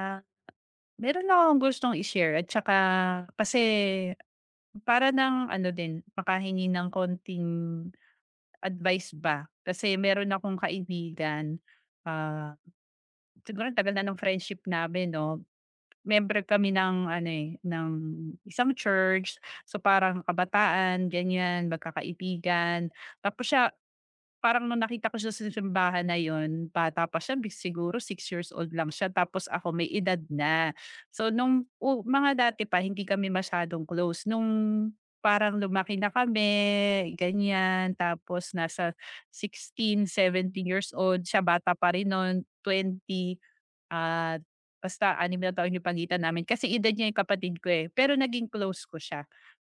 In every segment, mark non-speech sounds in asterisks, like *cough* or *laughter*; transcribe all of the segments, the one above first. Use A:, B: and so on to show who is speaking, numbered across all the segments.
A: Ah, meron lang akong gustong i-share at tsaka kasi para ng ano din, makahingi ng konting advice ba. Kasi meron akong kaibigan, ah, siguro ang tagal na ng friendship namin 'no. Member kami ng ano, eh, ng isang church. So, parang kabataan ganyan, magkakaibigan. Tapos parang nung nakita ko siya sa simbahan na yun, bata pa siya, siguro 6 years old lang siya tapos ako may edad na. So nung mga dati pa hindi kami masyadong close, nung parang lumaki na kami, ganyan, tapos nasa 16, 17 years old, siya bata pa rin nun, 20. At basta 6 na taon yung pagitan namin kasi edad niya yung kapatid ko, eh, pero naging close ko siya.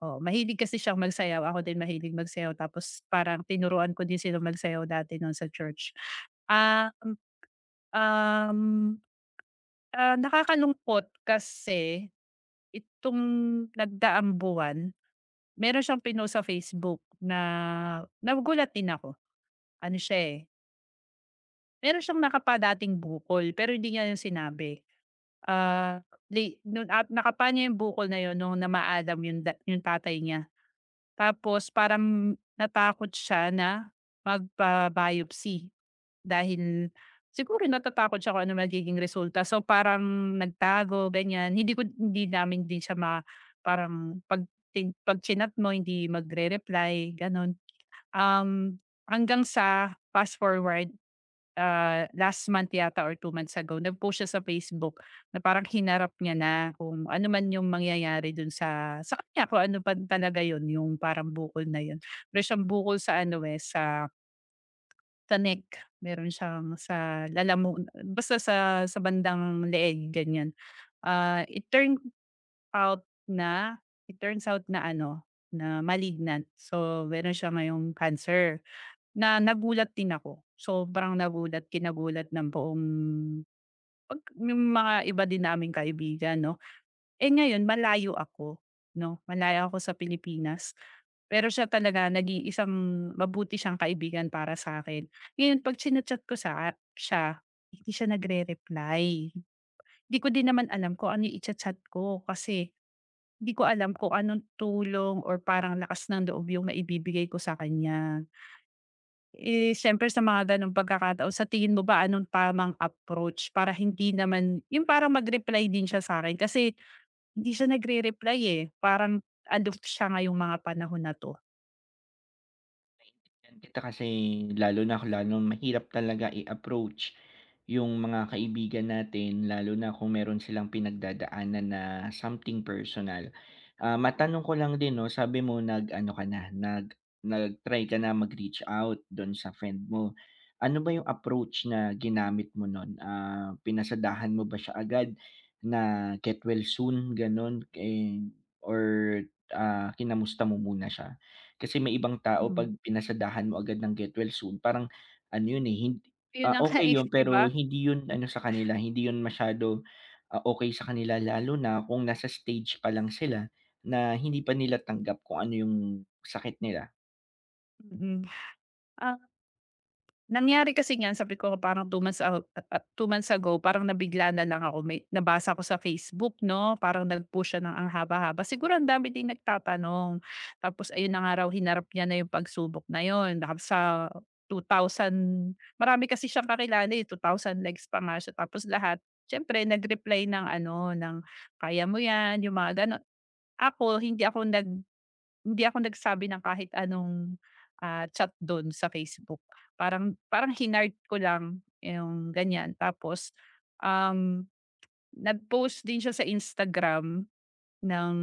A: Oh, mahilig kasi siyang magsayaw, ako din mahilig magsayaw tapos parang tinuruan ko din sila magsayaw dati no'n sa church. Ah, um, um, ah, nakakalungkot kasi itong nagdaang buwan meron siyang pinost sa Facebook na nagulat din ako. Ano siya, eh, meron siyang nakapadating bukol pero hindi niya yun sinabi. Ah, no'n at nakapa niya yung bukol na yun nung namaalam yung yung tatay niya. Tapos parang natakot siya na magpa-biopsy dahil siguro natatakot siya kung ano magiging resulta. So, parang nagtago, ganyan. Hindi namin din siya parang 'pag 'pag chinat mo hindi magre-reply, gano'n. Um, Hanggang sa fast forward last month yata or 2 months ago nag-post siya sa Facebook na parang hinarap niya na kung ano man yung mangyayari dun sa kanya kung ano pa talaga yun, yung parang bukol na yun. Pero siyang bukol sa ano, eh, sa neck, meron siyang sa lalamu basta sa bandang leeg ganyan. Ah, out na it turns out na ano, na malignant. So meron siya ngayong cancer na nagulat din ako. So, parang nagulat, kinagulat ng buong 'pag yung mga iba din naming kaibigan 'no. Eh, ngayon malayo ako 'no, malayo ako sa Pilipinas. Pero siya talaga nag isang mabuti siyang kaibigan para sa akin. Ngayon 'pag china ko sa siya, hindi siya nagre-reply. Hindi ko din naman alam kung ano yung chat ko kasi hindi ko alam kung anong tulong or parang lakas ng loob yung maibibigay ko sa kanya. Eh, siyempre sa mga gano'ng pagkakataon, sa tingin mo ba anong tamang approach para hindi naman yung parang mag-reply din siya sa akin, kasi hindi siya nagre-reply, eh, parang aloof siya ngayong mga panahon na 'to.
B: Yan kita kasi lalo na lalo mahirap talaga i-approach yung mga kaibigan natin lalo na kung meron silang pinagdadaanan na something personal. Ah, matanong ko lang din 'no, sabi mo nag-ano ka na, nag-try ka na mag-reach out dun sa friend mo. Ano ba yung approach na ginamit mo nun? Ah, pinasadahan mo ba siya agad na get well soon, ganun, eh, or, ah, kinamusta mo muna siya? Kasi may ibang tao
A: Hmm.
B: 'pag pinasadahan mo agad ng get well soon parang ano yun, eh, hindi
A: Yun
B: ah,
A: ang *laughs*
B: okey yun
A: 'di
B: pero
A: ba?
B: hindi yun ano sa kanila, hindi yun masyado, ah, okey sa kanila lalo na kung nasa stage pa lang sila na hindi pa nila tanggap kung ano yung sakit nila.
A: Mm. Nangyari kasi niyan sabi ko parang 2 months ago parang nabigla na lang ako, may nabasa ko sa Facebook 'no, parang nag-post siya ng ang haba-haba, siguro ang dami ding nagtatanong. Tapos ayun na nga raw hinarap niya na yung pagsubok na yun dahil sa 2,000, marami kasi siyang kakilala, eh, 2,000 likes pa nga siya tapos lahat siyempre nag-reply ng ano ng, "Kaya mo yan," yung mga gano'n. Ako hindi ako nag Hindi ako nagsabi ng kahit anong, chat dun sa Facebook. Parang parang hinard ko lang yung ganyan. Tapos, um, nag-post din siya sa Instagram ng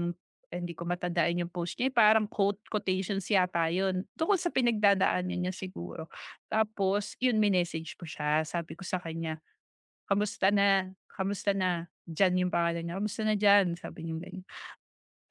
A: hindi ko matandaan yung post niya, eh, parang quote quotations yata yun, tungkol sa pinagdadaanan niya siguro. Tapos yun minessage ko siya, sabi ko sa kanya, "Kamusta na? Kamusta na?" Jan yung pangalan niya, "Kamusta na Jan?" Sabi niya ganyan.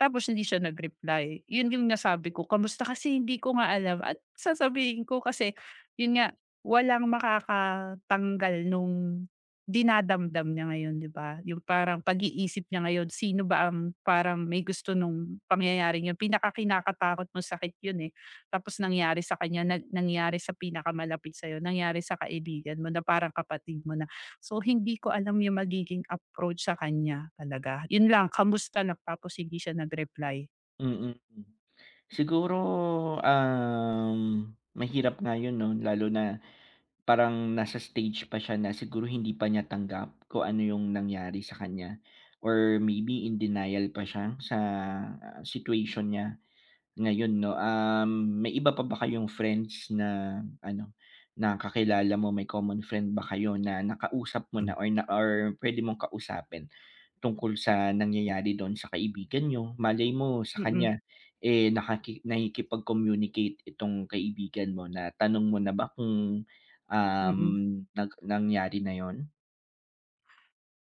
A: Tapos hindi siya nag-reply. Yun yung nasabi ko, "Kamusta?" Kasi hindi ko nga alam at sasabihin ko kasi yun nga, walang makakatanggal nung dinadamdam niya ngayon, 'di ba? Yung parang pag-iisip niya ngayon, sino ba ang parang may gusto nung pangyayari yun? Pinakakinakatakot mong sakit yun, eh. Tapos nangyari sa kanya, nangyari sa pinakamalapit sa'yo, nangyari sa kaibigan mo na parang kapatid mo. So, hindi ko alam yung magiging approach sa kanya talaga. Yun lang, kamusta lang tapos hindi siya nag-reply.
B: Mm. Mm. Siguro, um, mahirap nga yun 'no lalo na. Parang nasa stage pa siya na siguro hindi pa niya tanggap kung ano yung nangyari sa kanya or maybe in denial pa siya sa, ah, situation niya. Ngayon 'no, may iba pa ba kayong friends na ano, na kakilala mo, may common friend ba kayo na nakausap mo
A: Hmm.
B: na or na or pwede mong kausapin tungkol sa nangyayari do'n sa kaibigan niyo? Malay mo sa
A: Mm,
B: kanya, eh, nakikipag-communicate itong kaibigan mo na tanong mo na ba kung, um,
A: mm.
B: nangyari na 'yun?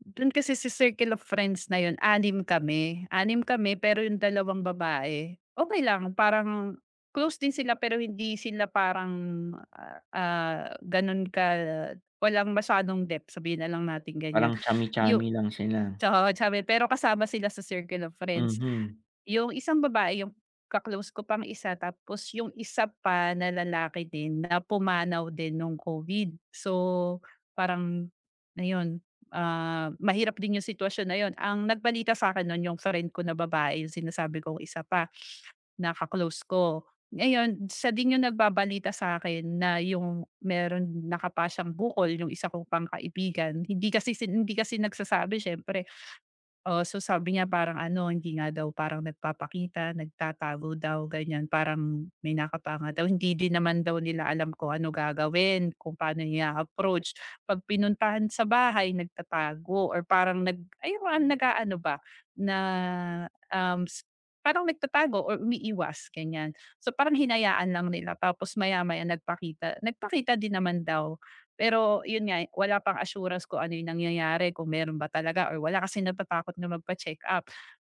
A: Dun kasi sa circle of friends na yun, anim kami. Anim kami pero yung dalawang babae, okay lang, parang close din sila pero hindi sila parang, ganun ka, walang masyadong depth sabihin na lang nating ganyan.
B: Parang
A: Yu
B: chami-chami lang sila.
A: Tsaka sabi pero kasama sila sa circle of friends.
B: Mhm.
A: Yung isang babae yung ko pang isa tapos yung isa pa na lalaki din na pumanaw din nung COVID. So, parang ayun, mahirap din yung sitwasyon na yun. Ang nagbalita sa akin nun yung friend ko na babae, yung sinasabi kong isa pa na ko. Ngayon sa din yung nagbabalita sa akin na yung meron nakapa siyang bukol yung isa ko pang kaibigan. Hindi kasi nagsasabi siyempre. Oo, so sabi niya parang ano, hindi nga daw parang nagpapakita, nagtatago daw, ganyan. Parang may nakapanga daw. Hindi din naman daw nila alam kung ano gagawin, kung paano niya approach. Pag pinuntahan sa bahay, nagtatago or parang nag, ayun, nag ano ba, na um, s- parang nagtatago or umiiwas, ganyan. So parang hinayaan lang nila. Tapos maya-maya nagpakita. Nagpakita din naman daw pero yun nga, wala pang assurance kung ano yung nangyayari, kung meron ba talaga or wala kasi natatakot na magpa-check-up.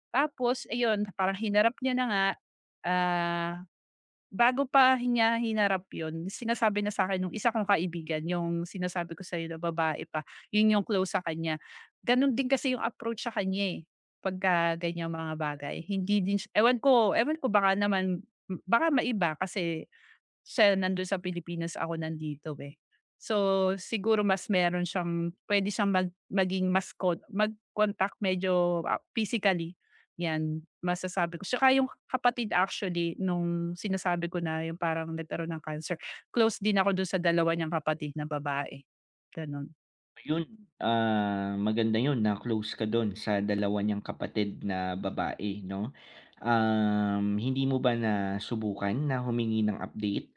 A: Tapos ayun, parang hinarap niya na nga, ah, bago pa niya hinarap yun, sinasabi na sa akin nung isa kong kaibigan, yung sinasabi ko sa'yo na babae pa, yun yung close sa kanya. Ganon din kasi yung approach sa kanya, eh, pagka ganyang mga bagay. Hindi din siya ewan ko baka naman maiba kasi siya nandun sa Pilipinas, ako nandito, eh. So, siguro mas meron siyang pwede siyang mag-contact medyo, ah, physically, 'yan masasabi ko. Tsaka yung kapatid actually nung sinasabi ko na yung parang nagkaroon ng cancer, close din ako dun sa dalawa niyang kapatid na babae, gano'n.
B: Yun, ah, maganda 'yun na close ka dun sa dalawa niyang kapatid na babae 'no. Um, hindi mo ba na subukan na humingi ng update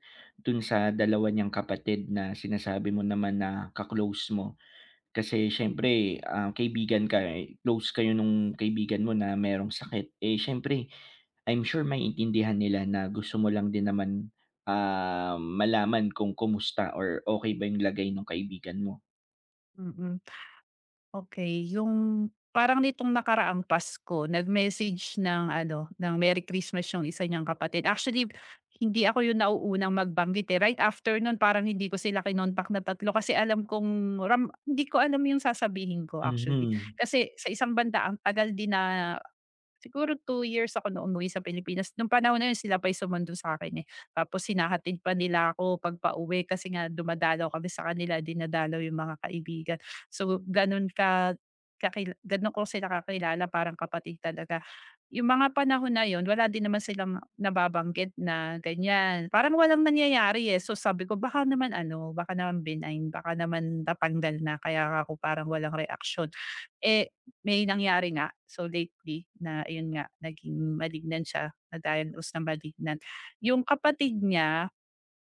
B: dun sa dalawa niyang kapatid na sinasabi mo naman na kaklose mo? Kasi siyempre, ah, kaibigan ka, eh, close kayo nung kaibigan mo na merong sakit, eh, siyempre I'm sure maiintindihan nila na gusto mo lang din naman, ah, malaman kung kumusta or okay ba yung lagay ng kaibigan mo.
A: Mm. Mm. Okay yung parang nitong nakaraang Pasko nag-message ng ano, ng Merry Christmas yung isa niyang kapatid. Actually, hindi ako yung nauunang magbanggit, eh. Right after nun parang hindi ko sila kinontak na tatlo kasi alam kong hindi ko alam yung sasabihin ko actually.
B: Mhm.
A: Kasi sa isang banda ang tagal din na siguro 2 years ako na umuwi sa Pilipinas. Nung panahon na yun sila pa yung sumundo sa akin eh. Tapos hinahatid pa nila ako 'pag pauwi kasi nga dumadalaw kami sa kanila, dinadalaw yung mga kaibigan. So, gano'n ko sila kakilala, parang kapatid talaga. Yung mga panahon na yun, wala din naman silang nababanggit na ganyan. Parang walang nangyayari, eh. So, sabi ko baka naman ano, baka naman benign, baka naman natanggal na kaya ako parang walang reaction. Eh may nangyari nga. So, lately na ayun nga, naging malignan siya, na-diagnose na malignan. Yung kapatid niya,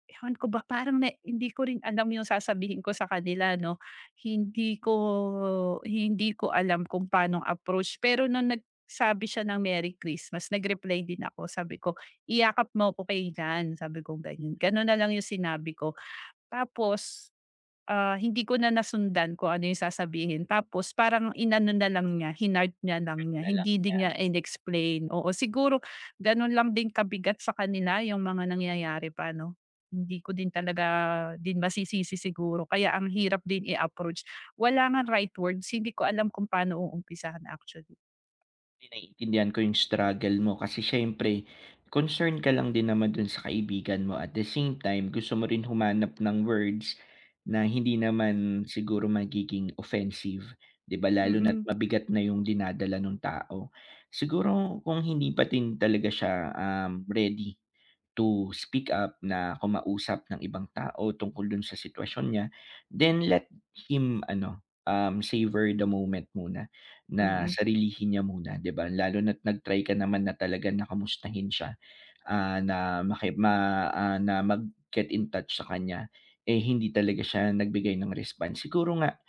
A: ewan ko ba, parang hindi ko rin alam yung sasabihin ko sa kanila 'no. Hindi ko hindi ko alam kung paano approach. Pero nung nagsabi siya ng Merry Christmas, nag-reply din ako. Sabi ko, "Iyakap mo ko kailan," sabi kong ganyan. Gano'n na lang yung sinabi ko. Tapos, ah, hindi ko na nasundan kung ano yung sasabihin tapos parang inano na lang niya, hinard niya lang niya,
B: Na lang
A: hindi
B: niya.
A: din niya in-explain, oo. Siguro gano'n lang din kabigat sa kanila yung mga nangyayari pa 'no. Hindi ko din talaga masisisi siguro kaya ang hirap din i-approach. Wala ngang right words, hindi ko alam kung paano uumpisahan actually.
B: Hindi, naiintindihan ko yung struggle mo kasi siyempre concerned ka lang din naman dun sa kaibigan mo at the same time gusto mo rin humanap ng words na hindi naman siguro magiging offensive, 'di ba, lalo na't
A: Mm,
B: mabigat na yung dinadala ng tao. Siguro kung hindi pa din talaga siya, ready to speak up na kumausap ng ibang tao tungkol dun sa sitwasyon niya, then let him ano, savor the moment muna
A: mm,
B: na
A: mm,
B: sarilihin niya muna, 'di ba? Lalo na't nag-try ka naman na talaga na kamustahin siya, ah, na maki ma ah, na mag-get in touch sa kanya, eh, hindi talaga siya nagbigay ng response. Siguro nga,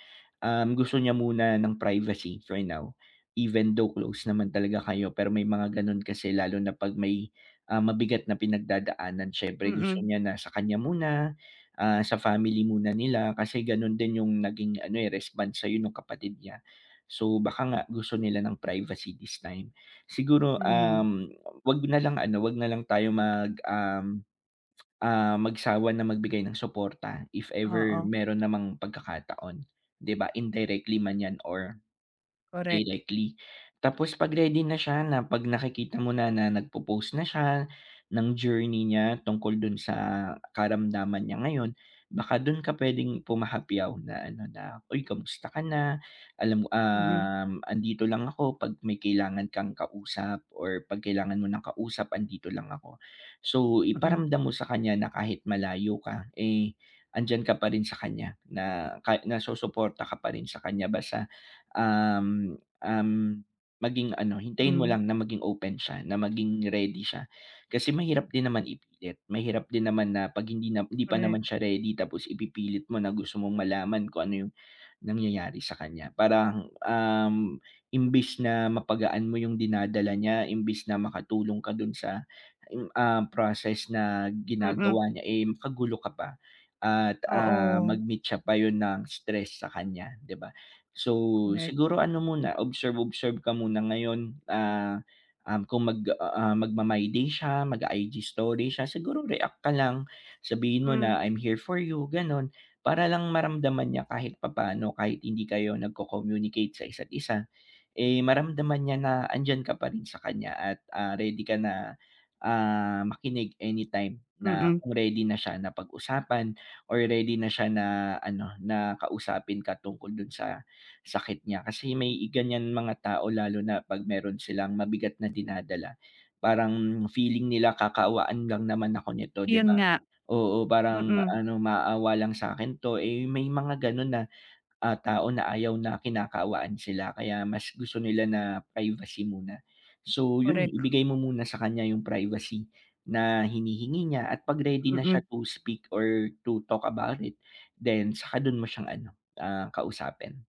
B: gusto niya muna ng privacy for now, even though close naman talaga kayo, pero may mga gano'n kasi lalo na 'pag may, ah, mabigat na pinagdadaanan siyempre gusto
A: mm,
B: niya na sa kanya muna, ah, sa family muna nila kasi gano'n din yung naging ano, eh, response sa'yo nung kapatid niya. So, baka nga gusto nila ng privacy this time. Siguro,
A: mm hmm,
B: 'wag na lang ano, 'wag na lang tayo mag, ah, magsawa na magbigay ng suporta if ever
A: oo,
B: meron namang pagkakataon, 'di ba? Indirectly man 'yan or
A: correct.
B: directly. Tapos 'pag ready na siya na 'pag nakikita mo na na nagpo-post na siya ng journey niya tungkol dun sa karamdaman niya ngayon, baka dun ka puwedeng pumahapyaw na ano na, "Uy, kamusta ka na? Alam mo,
A: Mm,
B: andito lang ako 'pag may kailangan kang kausap or 'pag kailangan mo ng kausap andito lang ako." So,
A: mm,
B: iparamdam mo sa kanya na kahit malayo ka, eh, andiyan ka pa rin sa kanya na ka nasusuporta ka pa rin sa kanya basta, um um, maging ano, hintayin mo
A: mm,
B: lang na maging open siya, na maging ready siya. Kasi mahirap din naman ipilit, mahirap din naman na 'pag hindi na hindi pa
A: correct.
B: naman siya ready tapos ipipilit mo na gusto mong malaman kung ano yung nangyayari sa kanya. Parang, imbis na mapagaan mo yung dinadala niya, imbis na makatulong ka dun sa, ah, process na
A: Mm, mm,
B: ginagawa niya, eh, makagulo ka pa at, ah,
A: oo,
B: mag-meet siya pa yun ng stress sa kanya, 'di ba? So,
A: correct.
B: siguro ano muna, observe-observe ka muna ngayon, ah, kung mag ah, magma-my-day siya, mag-i-IG story siya, siguro react ka lang, sabihin mo
A: Hmm.
B: na, "I'm here for you," gano'n. Para lang maramdaman niya kahit papaano, kahit hindi kayo nagko-communicate sa isa't isa, eh, maramdaman niya na andiyan ka pa rin sa kanya at, ah, ready ka na, ah, makinig anytime na
A: Mm,
B: kung ready na siya na pag-usapan or ready na siya na ano, na kausapin ka tungkol dun sa sakit niya. Kasi may ganyan mga tao lalo na 'pag meron silang mabigat na dinadala, parang feeling nila, kakawaan lang naman ako nito," 'di
A: 'yun
B: ba?
A: nga,
B: Oo, parang
A: mm,
B: ano, maawa lang sa akin 'to, eh, may mga gano'n na, ah, tao na ayaw na kinakaawaan sila kaya mas gusto nila na privacy muna. So 'yun,
A: korek,
B: ibigay mo muna sa kanya yung privacy na hinihingi niya at 'pag ready na
A: mm.
B: siya to speak or to talk about it, then saka dun mo siyang ano, ah, kausapin.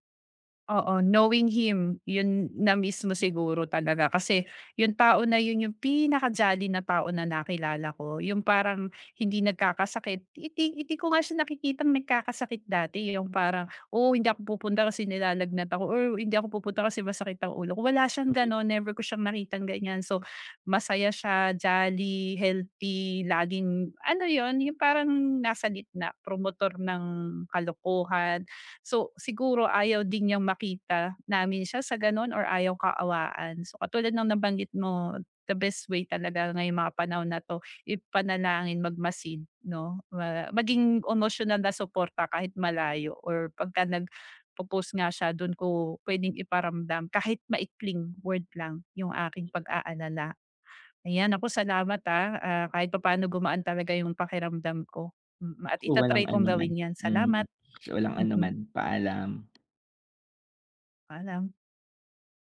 A: Oo, knowing him, yun na mismo siguro talaga kasi yung tao na yun yung pinaka-jolly na tao na nakilala ko, yung parang hindi nagkakasakit. Hindi hindi ko nga siya nakikitang nagkakasakit dati, yung parang, "Oh, hindi ako pupunta kasi nilalagnat ako," or, "Hindi ako pupunta kasi masakit ang ulo ko." Wala siyang
B: Mm,
A: gano'n, never ko siyang nakitang ganyan. So, masaya siya, jolly, healthy, laging, ano yun, yung parang nasa gitna, promotor ng kalokohan. So, siguro ayaw din niyang makita namin siya sa gano'n or ayaw kaawaan. So, katulad ng nabanggit mo, the best way talaga ngayong mga panahon na 'to, ipanalangin, magmasid 'no, maging emotional na suporta kahit malayo or pagka nagpo-post nga siya do'n ko puwedeng iparamdam kahit maikling word lang yung aking pag-aalala. Ayan, naku salamat, kahit papaano gumaan talaga yung pakiramdam ko, mm, at
B: walang
A: itatry kong Hmm.
B: anuman.
A: gawin 'yan.
B: Mm.
A: Salamat,
B: So, walang
A: mm, mm.
B: anuman. Paalam.
A: Paalam.